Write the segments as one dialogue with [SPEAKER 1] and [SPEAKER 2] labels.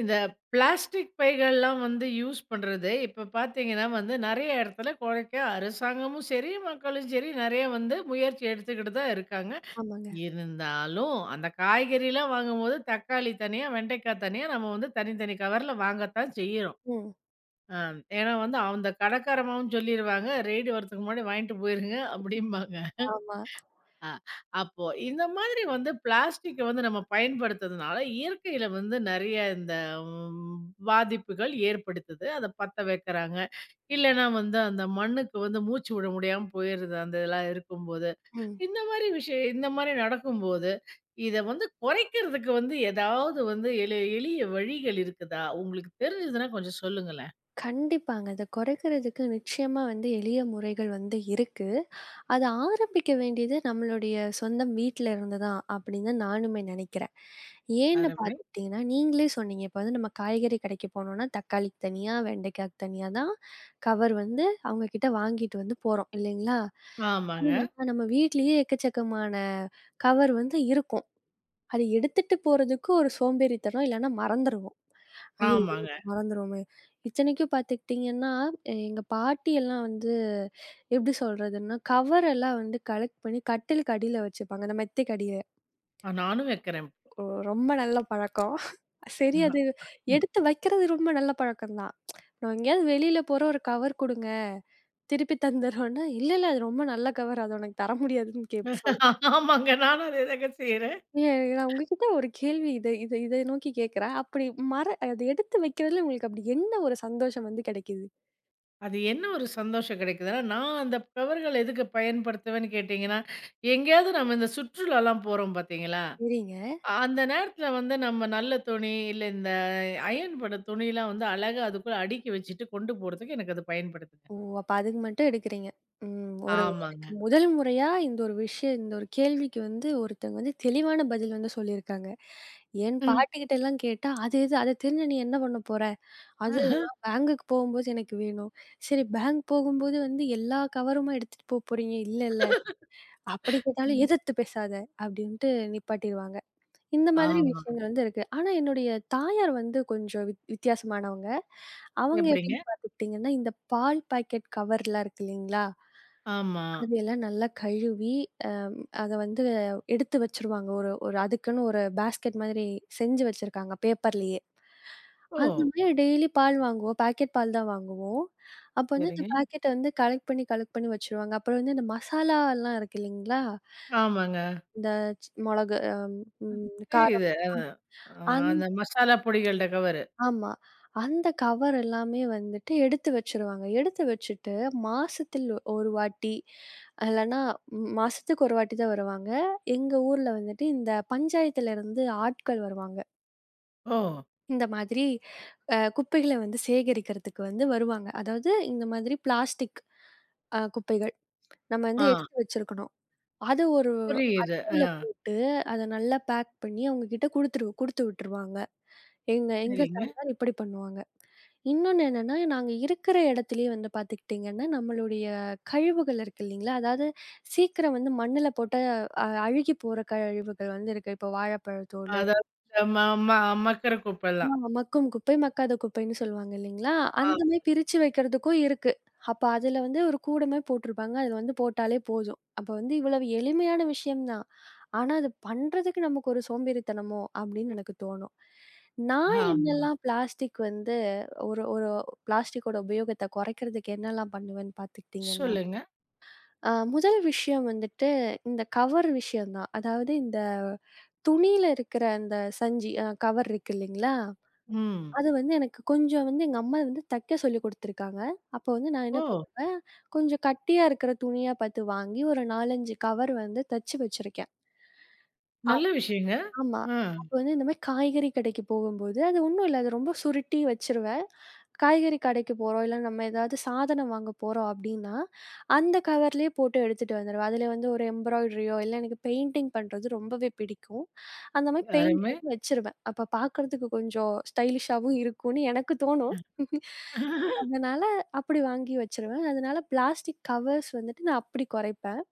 [SPEAKER 1] இந்த பிளாஸ்டிக் பைகள்லாம் வந்து யூஸ் பண்றது இப்ப பார்த்தீங்கன்னா வந்து நெறைய இடத்துல குறைக்க அரசாங்கமும் சரி, மக்களும் சரி நெறைய வந்து முயற்சி எடுத்துக்கிட்டு தான் இருக்காங்க.
[SPEAKER 2] ஆமாங்க.
[SPEAKER 1] இருந்தாலும் அந்த காய்கறிலாம் வாங்கும்போது தக்காளி தனியா, வெண்டைக்காய் தனியா நம்ம வந்து தனித்தனி கவர்ல வாங்கத்தான் செய்யுறோம்.
[SPEAKER 2] ம்.
[SPEAKER 1] அ ஏன்னா வந்து அந்த கடைக்காரமாவும் சொல்லிருவாங்க, ரெய்டு வரதுக்கு முன்னாடி வாங்கிட்டு போயிருங்க அப்படிம்பாங்க.
[SPEAKER 2] ஆமா.
[SPEAKER 1] ஆ, அப்போ இந்த மாதிரி வந்து பிளாஸ்டிக்க வந்து நம்ம பயன்படுத்துறதுனால, இயற்கையில வந்து நெறைய இந்த ம் பாதிப்புகள் ஏற்படுத்துது. அத பத்த வைக்கிறாங்க. இல்லன்னா வந்து அந்த மண்ணுக்கு வந்து மூச்சு விட முடியாம போயிருது, அந்த இதெல்லாம் இருக்கும்போது.
[SPEAKER 2] ம்.
[SPEAKER 1] இந்த மாரி விஷயம் இந்த மாரி நடக்கும்போது, இத வந்து குறைக்கிறதுக்கு வந்து ஏதாவது வந்து எளிய வழிகள் இருக்குதா? உங்களுக்கு தெரிஞ்சதுன்னா கொஞ்சம் சொல்லுங்களேன்.
[SPEAKER 2] கண்டிப்பாங்க. அத குறைக்கிறதுக்கு நிச்சயமா வந்து எளிய முறைகள் வந்து இருக்கு. அத ஆரம்பிக்க வேண்டியது நம்மளுடைய சொந்த வீட்ல இருந்து தான் அப்படின்னு நானுமே நெனைக்கிறேன். ஏன்னு
[SPEAKER 1] அருமை.
[SPEAKER 2] பார்த்துக்கிட்டீங்கன்னா, நீங்களே சொன்னீங்க. இப்ப வந்து நம்ம காய்கறி கடைக்கு போனோம்னா, தக்காளிக்கு தனியா, வெண்டைக்காய்க்கு தனியா தான் கவர் வந்து அவங்க கிட்ட வாங்கிட்டு வந்து போறோம் இல்லைங்களா?
[SPEAKER 1] ஆமாங்க,
[SPEAKER 2] ஆனா, நம்ம வீட்லயே எக்கச்சக்கமான கவர் வந்து இருக்கும். அத எடுத்துட்டு போறதுக்கு ஒரு சோம்பேறித்தனம், இல்லன்னா மறந்துருவோம். ஐயய்யோ!
[SPEAKER 1] ஆமாங்க.
[SPEAKER 2] இப்ப மறந்துருவோமே! இத்தனைக்கும் பார்த்துக்கிட்டீங்கன்னா, எங்க பாட்டி எல்லாம் வந்து எப்படி சொல்றதுன்னா, கவர் எல்லாம் வந்து கலெக்ட் பண்ணி கட்டிலுக்கு அடியில வச்சுப்பாங்க. அந்த மெத்தைக்கு அடியில.
[SPEAKER 1] நானும் வைக்கிறேன் இப்போ.
[SPEAKER 2] ஒ ரொம்ப நல்ல பழக்கம். சரி அது எடுத்து வைக்கிறது ரொம்ப நல்ல பழக்கம் தான். நான் எங்கேயாவது வெளியில போறோம் ஒரு கவர் குடுங்க. திருப்பி தந்துர்றோம்னா, இல்ல, இல்ல அது ரொம்ப நல்ல கவர். அது உனக்கு தர முடியாதுன்னு கேப் சொல்
[SPEAKER 1] ஆமாங்க. நானும் அதேதாங்க செய்றேன்.
[SPEAKER 2] ஏ நான் உங்ககிட்ட ஒரு கேள்வி இத இத இத நோக்கி கேட்கிறேன். அப்படி அத எடுத்து வைக்கிறதுல உங்களுக்கு அப்படி என்ன ஒரு சந்தோஷம் வந்து கிடைக்குது?
[SPEAKER 1] அது என்ன ஒரு சந்தோஷம் கிடைக்குதுன்னா, நான் அந்த பவர்கள எதுக்கு பயன்படுத்துவேன்னு கேட்டீங்கன்னா, எங்கேயாவது நம்ம இந்த சுற்றுலாலாம் போறோம் பார்த்தீங்களா?
[SPEAKER 2] சரிங்க.
[SPEAKER 1] அந்த நேரத்தில வந்து நம்ம நல்ல துணி, இல்ல இந்த அயர்ன் பண்ண துணிலாம் வந்து அழகா அதுக்குள்ள அடுக்கி வச்சுட்டு கொண்டு போறதுக்கு எனக்கு அது பயன்படுதுங்க.
[SPEAKER 2] ஓ! அப்ப அதுக்கு மட்டும் எடுக்குறீங்க. ம். ஒரு
[SPEAKER 1] ஆமாங்க.
[SPEAKER 2] எனக்கு முதல் முறையா இந்த ஒரு விஷயம் இந்த ஒரு கேள்விக்கு வந்து ஒருத்தவங்க வந்து தெளிவான பதில் வந்து சொல்லியிருக்காங்க. என்
[SPEAKER 1] ம்.
[SPEAKER 2] பாட்டிகிட்டலாம் கேட்டா, "அது எது? அத தெரிஞ்சு நீ என்ன பண்ண போற? அது நான் பேங்குக்கு போகும்போது எனக்கு வேணும்." சரி பேங்க் போகும்போது வந்து எல்லா கவருமா எடுத்துட்டு போறீங்க? இல்லல்ல. அப்படி கேட்டாலும்
[SPEAKER 1] ம்.
[SPEAKER 2] எதிர்த்து பேசாத! அப்படின்ட்டு நிப்பாட்டிருவாங்க. இந்த மாதிரி
[SPEAKER 1] ஆமாங்க.
[SPEAKER 2] விஷயங்கள் வந்து இருக்கு. ஆனா என்னுடைய தாயார் வந்து கொஞ்சம் வித்தியாசமானவங்க. அவங்க ம்.
[SPEAKER 1] எப்படிங்க?
[SPEAKER 2] எப்படின்னு பார்த்துக்கிட்டிங்கன்னா, இந்த பால் பாக்கெட் கவர்லாம் இருக்கு இல்லைங்களா?
[SPEAKER 1] ஆமா.
[SPEAKER 2] அதையெல்லாம் நல்லா கழுவி, அ அத வந்து எடுத்து வச்சுருவாங்க. ஒரு ஒரு அதுக்குன்னு ஒரு பேஸ்கெட் மாதிரி செஞ்சு வச்சிருக்காங்க பேப்பர்லயே.
[SPEAKER 1] ஓ!
[SPEAKER 2] அந்த மாரி டெய்லி பால் வாங்குவோம். பாக்கெட் பால் தான் வாங்குவோம். அப்ப வந்து இந்த
[SPEAKER 1] சரிங்க.
[SPEAKER 2] பாக்கெட்ட வந்து கலெக்ட் பண்ணி கலெக்ட் பண்ணி வச்சுருவாங்க. அப்புறம் வந்து இந்த மசாலாலாம் இருக்கு இல்லைங்களா?
[SPEAKER 1] ஆமாங்க.
[SPEAKER 2] இந்த மொளகு, அ ம் காரம்
[SPEAKER 1] தெரியுது. அ அந்த மசாலா பொடிகள்ட கவரு.
[SPEAKER 2] ஆமா. அந்த கவர் எல்லாமே வந்துட்டு எடுத்து வச்சுருவாங்க. எடுத்து வச்சுட்டு மாசத்தில் ஒரு வாட்டி, இல்லன்னா மாசத்துக்கு ஒரு வாட்டி தான் வருவாங்க. எங்க ஊர்ல வந்துட்டு இந்த பஞ்சாயத்துல இருந்து ஆட்கள் வருவாங்க.
[SPEAKER 1] ஓ!
[SPEAKER 2] இந்த மாதிரி குப்பைகள வந்து சேகரிக்கிறதுக்கு வந்து வருவாங்க. அதாவது இந்த மாதிரி பிளாஸ்டிக் குப்பைகள். நம்ம வந்து
[SPEAKER 1] ஆ.
[SPEAKER 2] எடுத்து வச்சிருக்கணும். அது ஒரு
[SPEAKER 1] புரியுது. ஆ.
[SPEAKER 2] குப்பையில போட்டு அத நல்லா பேக் பண்ணி அவங்க கிட்ட குடுத்து விட்டுருவாங்க. எங்க எங்க
[SPEAKER 1] சரிங்க.
[SPEAKER 2] தாய் தான் இப்படி பண்ணுவாங்க. இன்னொன்னு என்னன்னா, நாங்க இருக்கிற இடத்திலேயே வந்து பார்த்துக்கிட்டீங்கன்னா, நம்மளுடைய கழிவுகள் இருக்கு இல்லீங்களா? அதாவது சீக்கிரம் வந்து மண்ணுல போட்டா அழுகி போற கழிவுகள் வந்து இருக்கு. இப்போ வாழைப்பழத்தோலு,
[SPEAKER 1] அதாவது இந்த ம ம மக்குற குப்பெல்லாம்.
[SPEAKER 2] ஆமா மக்கும் குப்பை, மக்காத குப்பைன்னு சொல்லுவாங்க இல்லீங்களா?
[SPEAKER 1] ஆ.
[SPEAKER 2] அந்த மாரி பிரிச்சு வைக்கிறதுக்கும் இருக்கு. அப்ப அதுல வந்து ஒரு கூடமே போட்டிருப்பாங்க. அதுல வந்து போட்டாலே போதும். அப்ப வந்து இவ்வளவு எளிமையான விஷயம் தான். ஆனா, அது பண்றதுக்கு நமக்கு ஒரு சோம்பேறித்தனமோ! அப்பிடின்னு எனக்கு தோணும். நான்
[SPEAKER 1] ஆமா.
[SPEAKER 2] என்னெல்லாம் பிளாஸ்டிக் வந்து ஒரு ஒரு பிளாஸ்டிக்கோட உபயோகத்த குறைக்கிறதுக்கு என்னெல்லாம் பண்ணுவேன்னு பார்த்துக்கிட்டீங்கன்னா,
[SPEAKER 1] சொல்லுங்க.
[SPEAKER 2] முதல் விஷயம் வந்துட்டு இந்த கவர் விஷயம் தான். அதாவது இந்த துணியில இருக்கிற அந்த சஞ்சி கவர் இருக்கு இல்லேங்களா!
[SPEAKER 1] ம்.
[SPEAKER 2] அது வந்து எனக்கு கொஞ்சம் வந்து எங்க அம்மா வந்து தைக்க சொல்லிக் கொடுத்துருக்காங்க. அப்போ வந்து நான் என்ன
[SPEAKER 1] ஓ!
[SPEAKER 2] பண்ணுவேன், கொஞ்சம் கட்டியா இருக்கிற துணியா பார்த்து வாங்கி ஒரு 4, 5 கவர் வந்து தச்சு வச்சிருக்கேன்.
[SPEAKER 1] நல்ல விஷயங்க.
[SPEAKER 2] ஆமா.
[SPEAKER 1] ஆ.
[SPEAKER 2] அப்ப வந்து இந்த மாரி காய்கறி கடைக்கு போகும்போது, அது ஒண்ணும் இல்ல. அது ரொம்ப சுருட்டி வச்சுருவேன். காய்கறி கடைக்கு போறோம், இல்ல நம்ம ஏதாவது சாதனம் வாங்க போறோம் அப்டின்னா, அந்த கவர்லயே போட்டு எடுத்துட்டு வந்துருவேன். அதுல வந்து ஒரு எம்ப்ராய்டரியோ, இல்ல எனக்கு பெயிண்டிங் பண்றது ரொம்பவே பிடிக்கும். அந்த மாரி பெயிண்ட்
[SPEAKER 1] அருமை.
[SPEAKER 2] பண்ணி வச்சுருவேன். அப்ப பாக்கறதுக்கு கொஞ்சம் ஸ்டைலிஷாவும் இருக்கும்னு எனக்கு தோணும். அதனால அப்படி வாங்கி வச்சுருவேன். அதனால பிளாஸ்டிக் கவர்ஸ் வந்துட்டு நான் அப்படி குறைப்பேன்.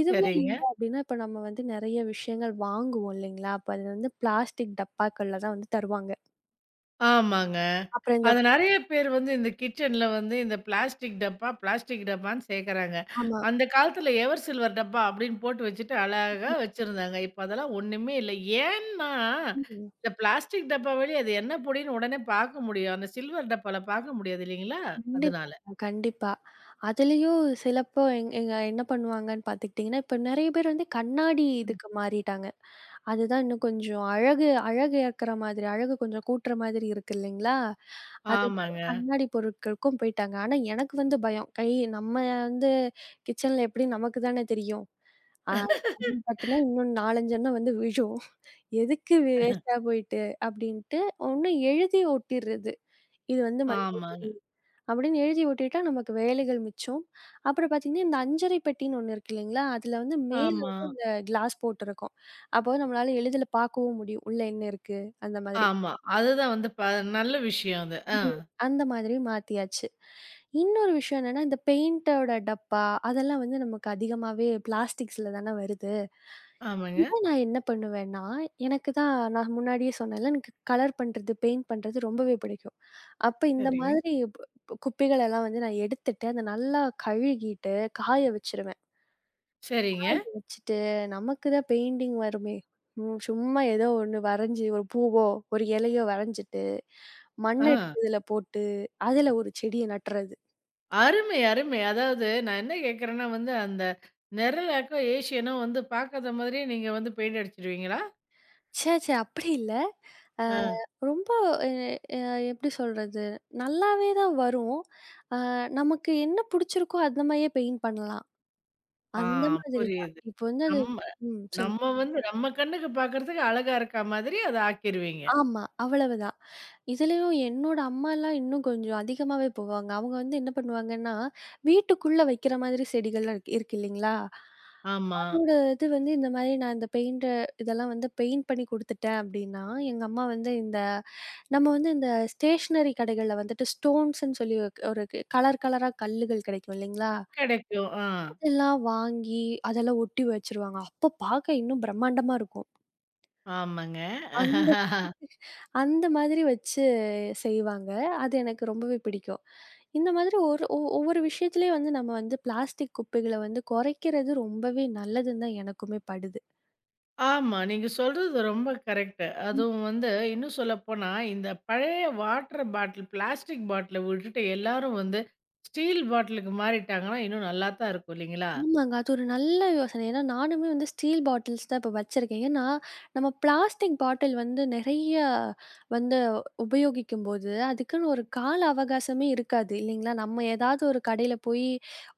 [SPEAKER 2] இதுவும் இல்ல
[SPEAKER 1] சரிங்க.
[SPEAKER 2] அப்டின்னா, இப்ப நம்ம வந்து நெறைய விஷயங்கள் வாங்குவோம் இல்லைங்களா? அப்ப அது வந்து பிளாஸ்டிக் டப்பாக்கள்ல தான் வந்து தருவாங்க.
[SPEAKER 1] ஆமாங்க.
[SPEAKER 2] அப்புறம் இந்த
[SPEAKER 1] அது நெறைய பேர் வந்து இந்த கிச்சன்ல வந்து இந்த பிளாஸ்டிக் டப்பா, பிளாஸ்டிக் டப்பான்னு சேக்குறாங்க.
[SPEAKER 2] ஆமா.
[SPEAKER 1] அந்த காலத்துல எவர் சில்வர் டப்பா அப்படின்னு போட்டு வச்சுட்டு அழகா வச்சிருந்தாங்க. இப்ப அதெல்லாம் ஒண்ணுமே இல்ல. ஏன்னா,
[SPEAKER 2] ம்.
[SPEAKER 1] இந்த பிளாஸ்டிக் டப்பா வெளிய அது என்ன பொடின்னு உடனே பாக்க முடியும். அந்த சில்வர் டப்பால பாக்க முடியாது இல்லைங்களா? அதனால.
[SPEAKER 2] கண்டிப்பாங்க, கண்டிப்பா. அதுலயும் சிலப்போ எங்க என்ன பண்ணுவாங்கன்னு பார்த்துக்கிட்டிங்கன்னா, இப்ப நெறைய பேர் வந்து கண்ணாடி இதுக்கு மாறிட்டாங்க. அதுதான் இன்னும் கொஞ்சம் அழகு அழகு ஏற்கற மாதிரி, அழகு கொஞ்சம் கூட்டுற மாதிரி இருக்கு இல்லைங்களா? அதனால
[SPEAKER 1] ஆமாங்க.
[SPEAKER 2] கண்ணாடி பொருட்களுக்கும் போயிட்டாங்க. ஆனா எனக்கு வந்து பயம். கை நம்ம வந்து கிச்சன்ல எப்படியும் நமக்கு தானே தெரியும். ஆ கண்ணு பட்டுனா இன்னும் 4, 5 எண்ணம் வந்து விழும். எதுக்கு வேஸ்ட்டா போயிட்டு அப்படின்ட்டு ஒண்ணு எழுதி ஒட்டிர்றது. இது வந்து மஞ்சள்
[SPEAKER 1] ஆமாங்க.
[SPEAKER 2] பொடி அப்படின்னு எழுதி ஒட்டிட்டா நமக்கு வேலைகள் மிச்சம். அப்புறம் பார்த்தீங்கன்னா, இந்த அஞ்சறை பெட்டின்னு ஒண்ணு இருக்கு இல்லைங்களா? அதுல வந்து மேல
[SPEAKER 1] ஆமா,
[SPEAKER 2] வந்து இந்த கிளாஸ் போட்டிருக்கும். அப்போ நம்மளால எளிதில பார்க்கவும் முடியும். உள்ள என்ன இருக்கு? அந்த மாதிரி.
[SPEAKER 1] ஆமா. அதுதான் வந்து நல்ல விஷயம் அது. ஆ.
[SPEAKER 2] ம். அந்த மாதிரி மாத்தியாச்சு. இன்னொரு விஷயம் என்னன்னா, இந்த பெயிண்டோட டப்பா அதெல்லாம் வந்து நமக்கு அதிகமாவே பிளாஸ்டிக்ஸ்ல தானே வருது.
[SPEAKER 1] ஆமாங்க.
[SPEAKER 2] இத நான் என்ன பண்ணுவேன்னா, எனக்கு தான் நான் முன்னாடியே சொன்னேன்ல, எனக்கு கலர் பண்றது, பெயிண்ட் பண்றது ரொம்பவே பிடிக்கும். அப்ப இந்த
[SPEAKER 1] சரிங்க.
[SPEAKER 2] மாதிரி ப் ப் குப்பைகளெல்லாம் வந்து நான் எடுத்துட்டு, அத நல்லா கழுகிட்டு, காய வச்சுருவேன்.
[SPEAKER 1] சரிங்க.
[SPEAKER 2] வச்சுட்டு, நமக்கு தான் பெயிண்டிங் வருமே! ம் சும்மா ஏதோ ஒண்ணு வரைஞ்சு, ஒரு பூவோ, ஒரு இலையோ வரைஞ்சுட்டு, மண்
[SPEAKER 1] ஆ.
[SPEAKER 2] எடுத்து இதுல போட்டு, அதுல ஒரு செடிய நட்டுறது.
[SPEAKER 1] அருமை, அருமை. அதாவது நான் என்ன கேட்கிறேன்னா வந்து அந்த நிரலாக்கம், ஏஷியனும் வந்து பார்க்காத மாதிரியே நீங்க வந்து பெயிண்ட் அடிச்சுடுவீங்களா?
[SPEAKER 2] ச்சே! ச்சே! அப்படி இல்ல. அ ம்.
[SPEAKER 1] ஆ.
[SPEAKER 2] ரொம்ப எ எ எப்படி சொல்றது? நல்லாவே தான் வரும். அ நமக்கு என்ன புடிச்சிருக்கோ அந்த மாதிரியே பெயிண்ட் பண்ணலாம்.
[SPEAKER 1] ஆ
[SPEAKER 2] அந்த மாதிரி தான்.
[SPEAKER 1] புரியுது.
[SPEAKER 2] இப்போ வந்து அது
[SPEAKER 1] நம்ம
[SPEAKER 2] ம். சொல்லு.
[SPEAKER 1] நம்ம வந்து நம்ம கண்ணுக்கு பார்க்கறதுக்கு அழகா இருக்கா மாதிரி அத ஆக்கிருவீங்க.
[SPEAKER 2] ஆமா. அவ்வளவுதான். இதுலயும் என்னோட அம்மாலாம் இன்னும் கொஞ்சம் அதிகமாவே போவாங்க. அவங்க வந்து என்ன பண்ணுவாங்கன்னா, வீட்டுக்குள்ள வைக்கிற மாதிரி செடிகள்லாம் இருக்கு இருக்கு இல்லைங்களா?
[SPEAKER 1] ஆமா.
[SPEAKER 2] என்னோட இது வந்து இந்த மாரி நான் இந்த பெயிண்ட்டு இதெல்லாம் வந்து பெயிண்ட் பண்ணி குடுத்துட்டேன் அப்டின்னா, எங்க அம்மா வந்து இந்த நம்ம வந்து இந்த ஸ்டேஷனரி கடைகள்ல வந்துட்டு ஸ்டோன்ஸ்ன்னு சொல்லி ஒரு கலர் கலரா கல்லுகள் கிடைக்கும் இல்லைங்களா?
[SPEAKER 1] கிடைக்கும். ஆ.
[SPEAKER 2] அதெல்லாம் வாங்கி அதெல்லாம் ஒட்டி வச்சுருவாங்க. அப்போ பார்க்க இன்னும் பிரம்மாண்டமா இருக்கும்.
[SPEAKER 1] ஆமாங்க.
[SPEAKER 2] அந்த அந்த மாதிரி வச்சு செய்வாங்க. அது எனக்கு ரொம்பவே பிடிக்கும். இந்த மாதிரி ஒரு ஒவ்வொரு விஷயத்திலயும் வந்து நம்ம வந்து பிளாஸ்டிக் குப்பைகள வந்து குறைக்கிறது ரொம்பவே நல்லதுன்னு தான் எனக்குமே படுது.
[SPEAKER 1] ஆமா. நீங்க சொல்றது ரொம்ப கரெக்ட்டு. அதுவும் வந்து இன்னும் சொல்லப்போனா, இந்த பழைய வாட்டர் பாட்டில், பிளாஸ்டிக் பாட்டில விட்டுட்டு எல்லாரும் வந்து ஸ்டீல் பாட்டிலுக்கு மாறிட்டாங்கன்னா, இன்னும் நல்லா தான் இருக்கும் இல்லைங்களா?
[SPEAKER 2] ஆமாங்க. அது ஒரு நல்ல யோசனை. ஏன்னா நானுமே வந்து ஸ்டீல் பாட்டில்ஸ் தான் இப்ப வச்சிருக்கேன். ஏன்னா, நம்ம பிளாஸ்டிக் பாட்டில் வந்து நெறைய வந்து உபயோகிக்கும்போது, அதுக்குன்னு ஒரு கால அவகாசமே இருக்காது இல்லைங்களா? நம்ம ஏதாவது ஒரு கடையில போய்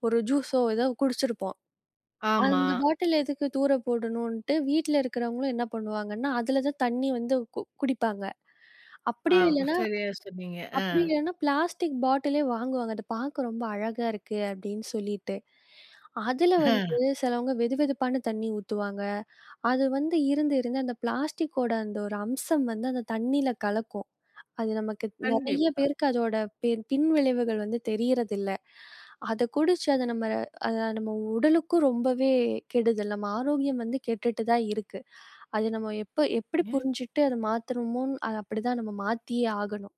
[SPEAKER 2] ஒரு ஜூஸோ ஏதோ குடிச்சிருப்போம்.
[SPEAKER 1] ஆமா.
[SPEAKER 2] அந்த பாட்டில் எதுக்கு தூர போடணுன்ட்டு வீட்ல இருக்கிறவங்களும் என்ன பண்ணுவாங்கன்னா, அதுல தான் தண்ணி வந்து குடிப்பாங்க.
[SPEAKER 1] ஆ
[SPEAKER 2] அப்படியும் இல்லன்னா
[SPEAKER 1] சரியா சொன்னீங்க. ஆ.
[SPEAKER 2] அப்படி இல்லன்னா பிளாஸ்டிக் பாட்டிலே வாங்குவாங்க. "அது பார்க்க ரொம்ப அழகா இருக்கு" அப்படின்னு சொல்லிட்டு. அதுல வந்து சிலவங்க வெதுப்பான தண்ணி ஊத்துவாங்க. அது வந்து இருந்து இருந்து அந்த பிளாஸ்டிக்கோட அந்த ஒரு அம்சம் வந்து அந்த தண்ணீல கலக்கும். அது நமக்கு நெறைய
[SPEAKER 1] கண்டிப்பா.
[SPEAKER 2] பேருக்கு அதோட பின் விளைவுகள் வந்து தெரியறதில்ல. அத குடிச்சு அத நம்ம உடலுக்கும் ரொம்பவே கெடுதல். நம்ம ஆரோக்கியம் வந்து கெட்டுட்டு தான் இருக்கு. அது நம்ம எப்படி புரிஞ்சுட்டு அத மாத்தணுமோ, அத அப்படிதான் நம்ம மாத்தியே ஆகணும்.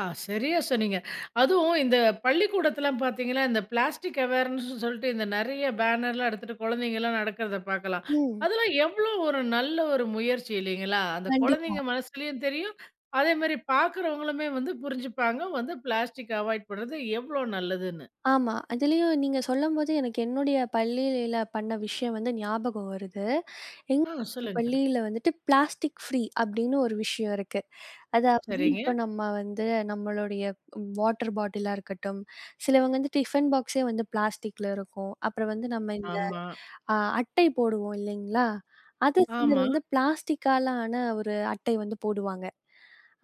[SPEAKER 1] ஆ, சரியா சொன்னீங்க. அதுவும் இந்த பள்ளிக்கூடத்திலாம் பார்த்தீங்கன்னா, இந்த பிளாஸ்டிக் அவேர்னஸ்ன்னு சொல்லிட்டு இந்த நெறைய பேனர்லாம் எடுத்துட்டு குழந்தைங்கலாம் நடக்கிறத பார்க்கலாம்.
[SPEAKER 2] ம்.
[SPEAKER 1] அதெல்லாம் எவ்வளோ ஒரு நல்ல ஒரு முயற்சி இல்லைங்களா? அந்த
[SPEAKER 2] கண்டிப்பா.
[SPEAKER 1] குழந்தைங்க மனசுலயும் தெரியும். அதேமாரி பார்க்குறவங்களுமே வந்து புரிஞ்சுப்பாங்க. வந்து பிளாஸ்டிக் அவாய்ட் பண்றது எவ்வளோ நல்லதுன்னு.
[SPEAKER 2] ஆமா. அதுலயும் நீங்க சொல்லும்போது எனக்கு என்னுடைய பள்ளியில பண்ண விஷயம் வந்து ஞாபகம் வருது. எங்க
[SPEAKER 1] ஆ, சொல்லுங்க.
[SPEAKER 2] பள்ளியில வந்துட்டு பிளாஸ்டிக் ஃப்ரீ அப்படின்னு ஒரு விஷயம் இருக்கு. அதாவது
[SPEAKER 1] சரிங்க.
[SPEAKER 2] இப்ப நம்ம வந்து நம்மளுடைய வாட்டர் பாட்டிலா இருக்கட்டும், சிலவங்க வந்து டிஃபன் பாக்ஸே வந்து பிளாஸ்டிக்ல இருக்கும். அப்புறம் வந்து நம்ம இந்த
[SPEAKER 1] ஆமா,
[SPEAKER 2] அட்டை போடுவோம் இல்லைங்களா? அது சிலர்
[SPEAKER 1] ஆமா,
[SPEAKER 2] வந்து பிளாஸ்டிக்கால ஆன ஒரு அட்டை வந்து போடுவாங்க.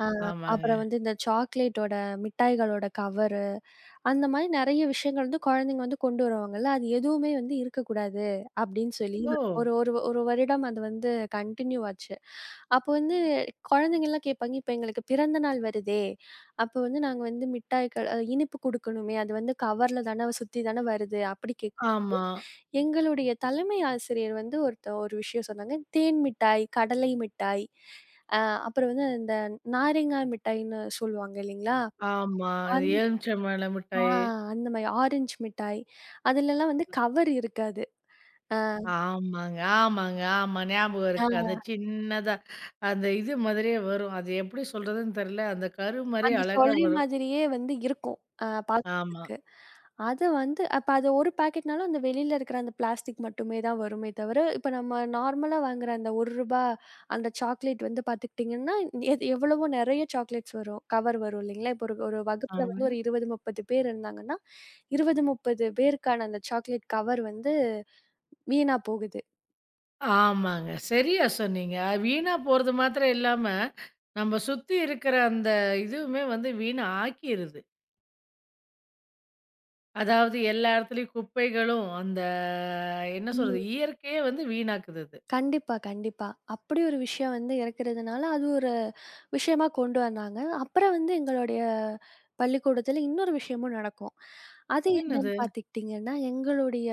[SPEAKER 2] அ
[SPEAKER 1] ஆமாங்க.
[SPEAKER 2] அப்புறம் வந்து இந்த சாக்லேட்டோட மிட்டாய்களோட கவர் அந்த மாரி நெறைய விஷயங்கள் வந்து குழந்தைங்க வந்து கொண்டு வருவாங்கல்ல. அது எதுவுமே வந்து இருக்கக்கூடாது அப்டின்னு சொல்லி
[SPEAKER 1] ஓ!
[SPEAKER 2] ஒரு ஒரு ஒரு வருடம் அது வந்து கன்டின்யூ ஆச்சு. அப்போ வந்து குழந்தைங்கலாம் கேட்பாங்க, "இப்ப எங்களுக்கு பிறந்த நாள் வருதே! அப்போ வந்து நாங்க வந்து மிட்டாய்கள் இனிப்பு குடுக்கணுமே! அது வந்து கவர்ல தான சுத்தி தான வருது." அப்டி கேட்கும்போது,
[SPEAKER 1] ஆமா,
[SPEAKER 2] எங்களுடைய தலைமை ஆசிரியர் வந்து ஒரு விஷயம் சொன்னாங்க. தேன் மிட்டாய், கடலை மிட்டாய், அ அப்புறம் வந்து இந்த நாரங்கா மிட்டாய்ன்னு சொல்லுவாங்க இல்லைங்களா?
[SPEAKER 1] ஆமா. எலுமிச்சம்பழ
[SPEAKER 2] ஆ
[SPEAKER 1] மிட்டாய்.
[SPEAKER 2] அந்த மாரி ஆரஞ்சு மிட்டாய். அதுலலாம் வந்து கவர் இருக்காது. அ
[SPEAKER 1] ஆமாங்க, ஆமாங்க, ஆமா. ஞாபகம்
[SPEAKER 2] ஆ
[SPEAKER 1] இருக்கு. அந்த சின்னதா அந்த இது மாதிரியே வரும். அது எப்படி சொல்றதுன்னு தெரியல. அந்த கரு மாரியே
[SPEAKER 2] அந்த
[SPEAKER 1] அழகா
[SPEAKER 2] சொலை
[SPEAKER 1] வரும்.
[SPEAKER 2] மாதிரியே வந்து இருக்கும்.
[SPEAKER 1] ஆமா,
[SPEAKER 2] பாக்குறதுக்கு. அது வந்து அப்ப அது ஒரு பாக்கெட்னாலும் அந்த வெளில இருக்கிற அந்த பிளாஸ்டிக் மட்டுமே தான் வருமே தவிர, இப்ப நம்ம நார்மலா வாங்குற அந்த ரூ. 1 அந்த சாக்லேட் வந்து பாத்துக்கிட்டீங்கன்னா, எது எவ்வளவோ நெறைய சாக்லேட்ஸ் வரும். கவர் வரும் இல்லைங்களா? இப்போ ஒரு ஒரு வகுப்புல வந்து
[SPEAKER 1] ஆமாங்க.
[SPEAKER 2] ஒரு 20, 30 பேர் இருந்தாங்கன்னா, 20, 30 பேருக்கான அந்த சாக்லேட் கவர் வந்து வீணா போகுது.
[SPEAKER 1] ஆமாங்க. சரியா சொன்னீங்க. அது வீணா போறது மாத்திரம் இல்லாம, நம்ம சுத்தி இருக்கிற அந்த இதுவுமே வந்து வீணா ஆக்கிருது. அதாவது எல்லா இடத்துலயும் குப்பைகளும், அந்த என்ன
[SPEAKER 2] ம்.
[SPEAKER 1] சொல்றது? இயற்கையே வந்து வீணாக்குது அது.
[SPEAKER 2] கண்டிப்பா, கண்டிப்பா. அப்படி ஒரு விஷயம் வந்து இருக்கிறதுனால, அது ஒரு விஷயமா கொண்டு வந்தாங்க. அப்புறம் வந்து எங்களுடைய பள்ளிக்கூடத்தில இன்னொரு விஷயமும் நடக்கும். அது
[SPEAKER 1] என்னது?
[SPEAKER 2] என்னன்னு பார்த்துக்கிட்டிங்கன்னா, எங்களுடைய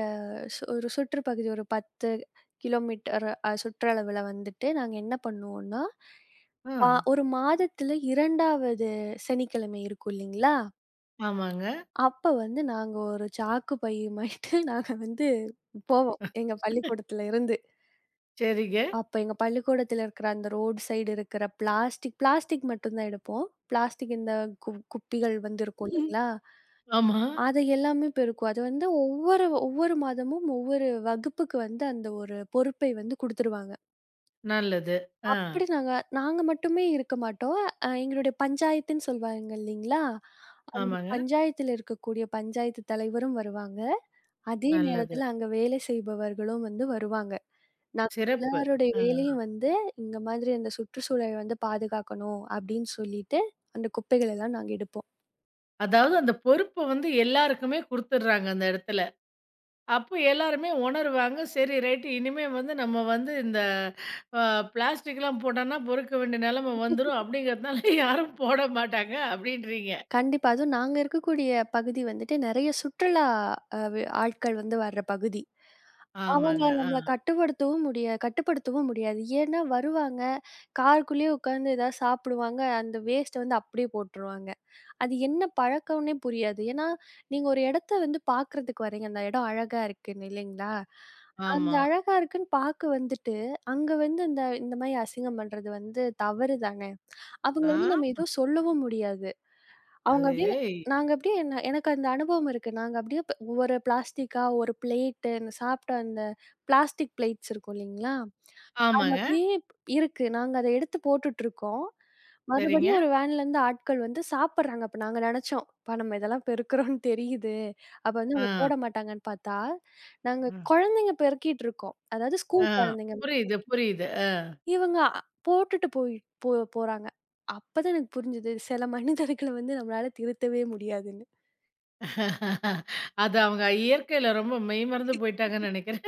[SPEAKER 2] ஒரு சுற்றுப்பகுதி ஒரு 10 கிலோமீட்டர் சுற்றளவில வந்துட்டு நாங்க என்ன பண்ணுவோம்னா,
[SPEAKER 1] ஆ.
[SPEAKER 2] ஒரு மாதத்தில 2வது சனிக்கிழமை இருக்கும் இல்லைங்களா?
[SPEAKER 1] ஆமாங்க.
[SPEAKER 2] அப்ப வந்து நாங்க ஒரு சாக்கு பையுமாயிட்டு நாங்க வந்து போவோம். எங்க பள்ளிக்கூடத்தில இருந்து.
[SPEAKER 1] சரிங்க.
[SPEAKER 2] அப்ப எங்க பள்ளிக்கூடத்துல இருக்கிற அந்த ரோட் சைடு இருக்கிற பிளாஸ்டிக் பிளாஸ்டிக் மட்டும் தான் எடுப்போம். பிளாஸ்டிக் இந்த குப்பிகள் வந்து இருக்கும்
[SPEAKER 1] ம்,
[SPEAKER 2] இல்லைங்களா?
[SPEAKER 1] ஆமா.
[SPEAKER 2] அது எல்லாமே பெருக்குவோம். அது வந்து ஒவ்வொரு ஒவ்வொரு மாதமும் ஒவ்வொரு வகுப்புக்கு வந்து அந்த ஒரு பொறுப்பை வந்து குடுத்துருவாங்க.
[SPEAKER 1] நல்லது. ஆ.
[SPEAKER 2] அப்படி நாங்க நாங்க மட்டுமே இருக்க மாட்டோம். எங்களுடைய பஞ்சாயத்துன்னு சொல்வாங்க இல்லைங்களா?
[SPEAKER 1] ஆமாங்க.
[SPEAKER 2] பஞ்சாயத்துல இருக்கக்கூடிய பஞ்சாயத்து தலைவரும் வருவாங்க. அதே
[SPEAKER 1] நல்லது.
[SPEAKER 2] நேரத்துல அங்க வேலை செய்பவர்களும் வந்து வருவாங்க. நாங்க
[SPEAKER 1] சிறப்பு.
[SPEAKER 2] எல்லாருடைய
[SPEAKER 1] அ
[SPEAKER 2] வேலையும் வந்து, இந்த மாதிரி அந்த சுற்றுச்சூழல் வந்து பாதுகாக்கணும் அப்படின்னு சொல்லிட்டு, அந்த குப்பைகள் எல்லாம் நாங்க எடுப்போம்.
[SPEAKER 1] அதாவது அந்த பொறுப்ப வந்து எல்லாருக்குமே குடுத்துடுறாங்க அந்த இடத்துல. அப்போ எல்லாருமே உணருவாங்க. சரி ரைட் இனிமே வந்து நம்ம வந்து இந்த அ பிளாஸ்டிக்லாம் போட்டோம்னா பொறுக்க வேண்டிய நிலைமை வந்துரும் அப்படிங்கிறதுனால யாரும் போட மாட்டாங்க அப்படின்றீங்க.
[SPEAKER 2] கண்டிப்பா. அதுவும் நாங்க இருக்கக்கூடிய பகுதி வந்துட்டு நெறைய சுற்றுலா அ வே ஆட்கள் வந்து வர்ற பகுதி. அவங்க
[SPEAKER 1] ஆமாங்க. ஆ.
[SPEAKER 2] நம்மள கட்டுப்படுத்தவும் முடியாது. ஏன்னா வருவாங்க, காருக்குள்ளேயே உட்காந்து ஏதாவது சாப்பிடுவாங்க. அந்த வேஸ்ட்ட வந்து அப்படியே போட்டுருவாங்க. அது என்ன பழக்கம்னே புரியாது. ஏன்னா, நீங்க ஒரு இடத்த வந்து பார்க்கறதுக்கு வரீங்க. அந்த இடம் அழகா இருக்குன்னு இல்லைங்களா? அந்த
[SPEAKER 1] ஆமா.
[SPEAKER 2] அழகா இருக்குன்னு பார்க்க வந்துட்டு, அங்க வந்து இந்த இந்த மாரி அசிங்கம் பண்றது வந்து தவறு தானே! அவங்கள வந்து நம்ம
[SPEAKER 1] ஆமா.
[SPEAKER 2] எதுவும் சொல்லவும் முடியாது. அவங்க
[SPEAKER 1] அது
[SPEAKER 2] அப்படியே நாங்க அப்படியே என்ன எனக்கு அந்த அனுபவம் இருக்கு. நாங்க அப்படியே ஒரு பிளாஸ்டிக்கா, ஒரு பிளேட்டு சாப்பிட்ட அந்த பிளாஸ்டிக் பிளேட்ஸ் இருக்கும் இல்லைங்களா? அது
[SPEAKER 1] ஆமாங்க.
[SPEAKER 2] அப்படியே இருக்கு. நாங்க அத எடுத்து போட்டுட்டுருக்கோம்.
[SPEAKER 1] சரிங்க.
[SPEAKER 2] மறுபடியும் ஒரு வேன்லேருந்து ஆட்கள் வந்து சாப்பிடுறாங்க. அப்ப நாங்க நெனச்சோம், "அப்பா நம்ம இதெல்லாம் பெருக்குறோம்ன்னு தெரியுது. அப்ப வந்து
[SPEAKER 1] ஆ.
[SPEAKER 2] அவங்க போட மாட்டாங்கன்னு" பாத்தா, நாங்க
[SPEAKER 1] அ.
[SPEAKER 2] குழந்தைங்க பெருக்கிட்டுருக்கோம். அதாவது
[SPEAKER 1] ஆ.
[SPEAKER 2] ஸ்கூல் குழந்தைங்க.
[SPEAKER 1] புரியுது, புரியுது.
[SPEAKER 2] இவங்க போட்டுட்டு போய் போ போறாங்க. அப்பதான் எனக்கு புரிஞ்சது, சில மனிதர்கள வந்து நம்மளால திருத்தவே முடியாதுன்னு.
[SPEAKER 1] அது அவங்க இயற்கையில ரொம்ப மெய்மறந்து போயிட்டாங்கன்னு நெனைக்கிறேன்.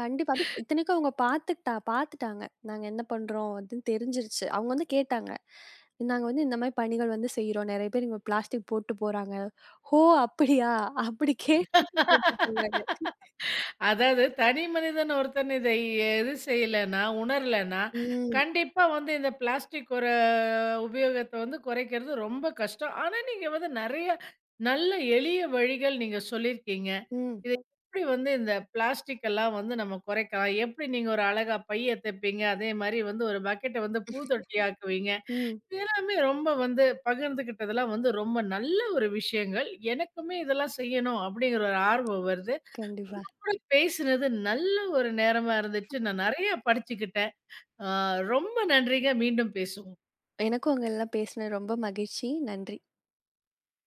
[SPEAKER 2] கண்டிப்பா. அதுவும் இத்தனைக்கும் அவங்க பாத்துட்டா பாத்துட்டாங்க. நாங்க என்ன பண்றோம் அப்படின்னு தெரிஞ்சிருச்சு. அவங்க வந்து கேட்டாங்க. நாங்க வந்து இந்த மாரி பணிகள் வந்து செய்றோம். நெறைய பேர் இங்க பிளாஸ்டிக் போட்டு போறாங்க. "ஹோ! அப்படியா?" அப்படி கேட்டுட்டு போட்டு போனாங்க.
[SPEAKER 1] அதாவது தனி மனிதன் ஒருத்தன் இதை எது செய்யலன்னா, உணரலன்னா,
[SPEAKER 2] ம்.
[SPEAKER 1] கண்டிப்பா வந்து இந்த பிளாஸ்டிக் ஒரு உபயோகத்த வந்து குறைக்கிறது ரொம்ப கஷ்டம். ஆனா, நீங்க வந்து நெறைய நல்ல எளிய வழிகள் நீங்க சொல்லியிருக்கீங்க.
[SPEAKER 2] ம்.
[SPEAKER 1] இத எப்படி வந்து இந்த பிளாஸ்டிக் எல்லாம் வந்து நம்ம குறைக்கலாம்? எப்படி நீங்க ஒரு அழகா பைய தைப்பீங்க? அதே மாரி வந்து ஒரு பக்கெட்ட வந்து பூத்தொட்டி ஆக்குவீங்க.
[SPEAKER 2] ம்.
[SPEAKER 1] இது எல்லாமே ரொம்ப வந்து பகிர்ந்துக்கிட்டதெல்லாம் வந்து ரொம்ப நல்ல ஒரு விஷயங்கள். எனக்குமே இதெல்லாம் செய்யணும் அப்படிங்கிற ஒரு ஆர்வம் வருது.
[SPEAKER 2] கண்டிப்பா.
[SPEAKER 1] கூட பேசினது நல்ல ஒரு நேரமா இருந்துச்சு. நான் நெறைய படிச்சுக்கிட்டேன். ஆ ரொம்ப நன்றிங்க. மீண்டும் பேசுவோம்.
[SPEAKER 2] எனக்கும் உங்கல்லாம் பேசினது ரொம்ப மகிழ்ச்சி. நன்றி.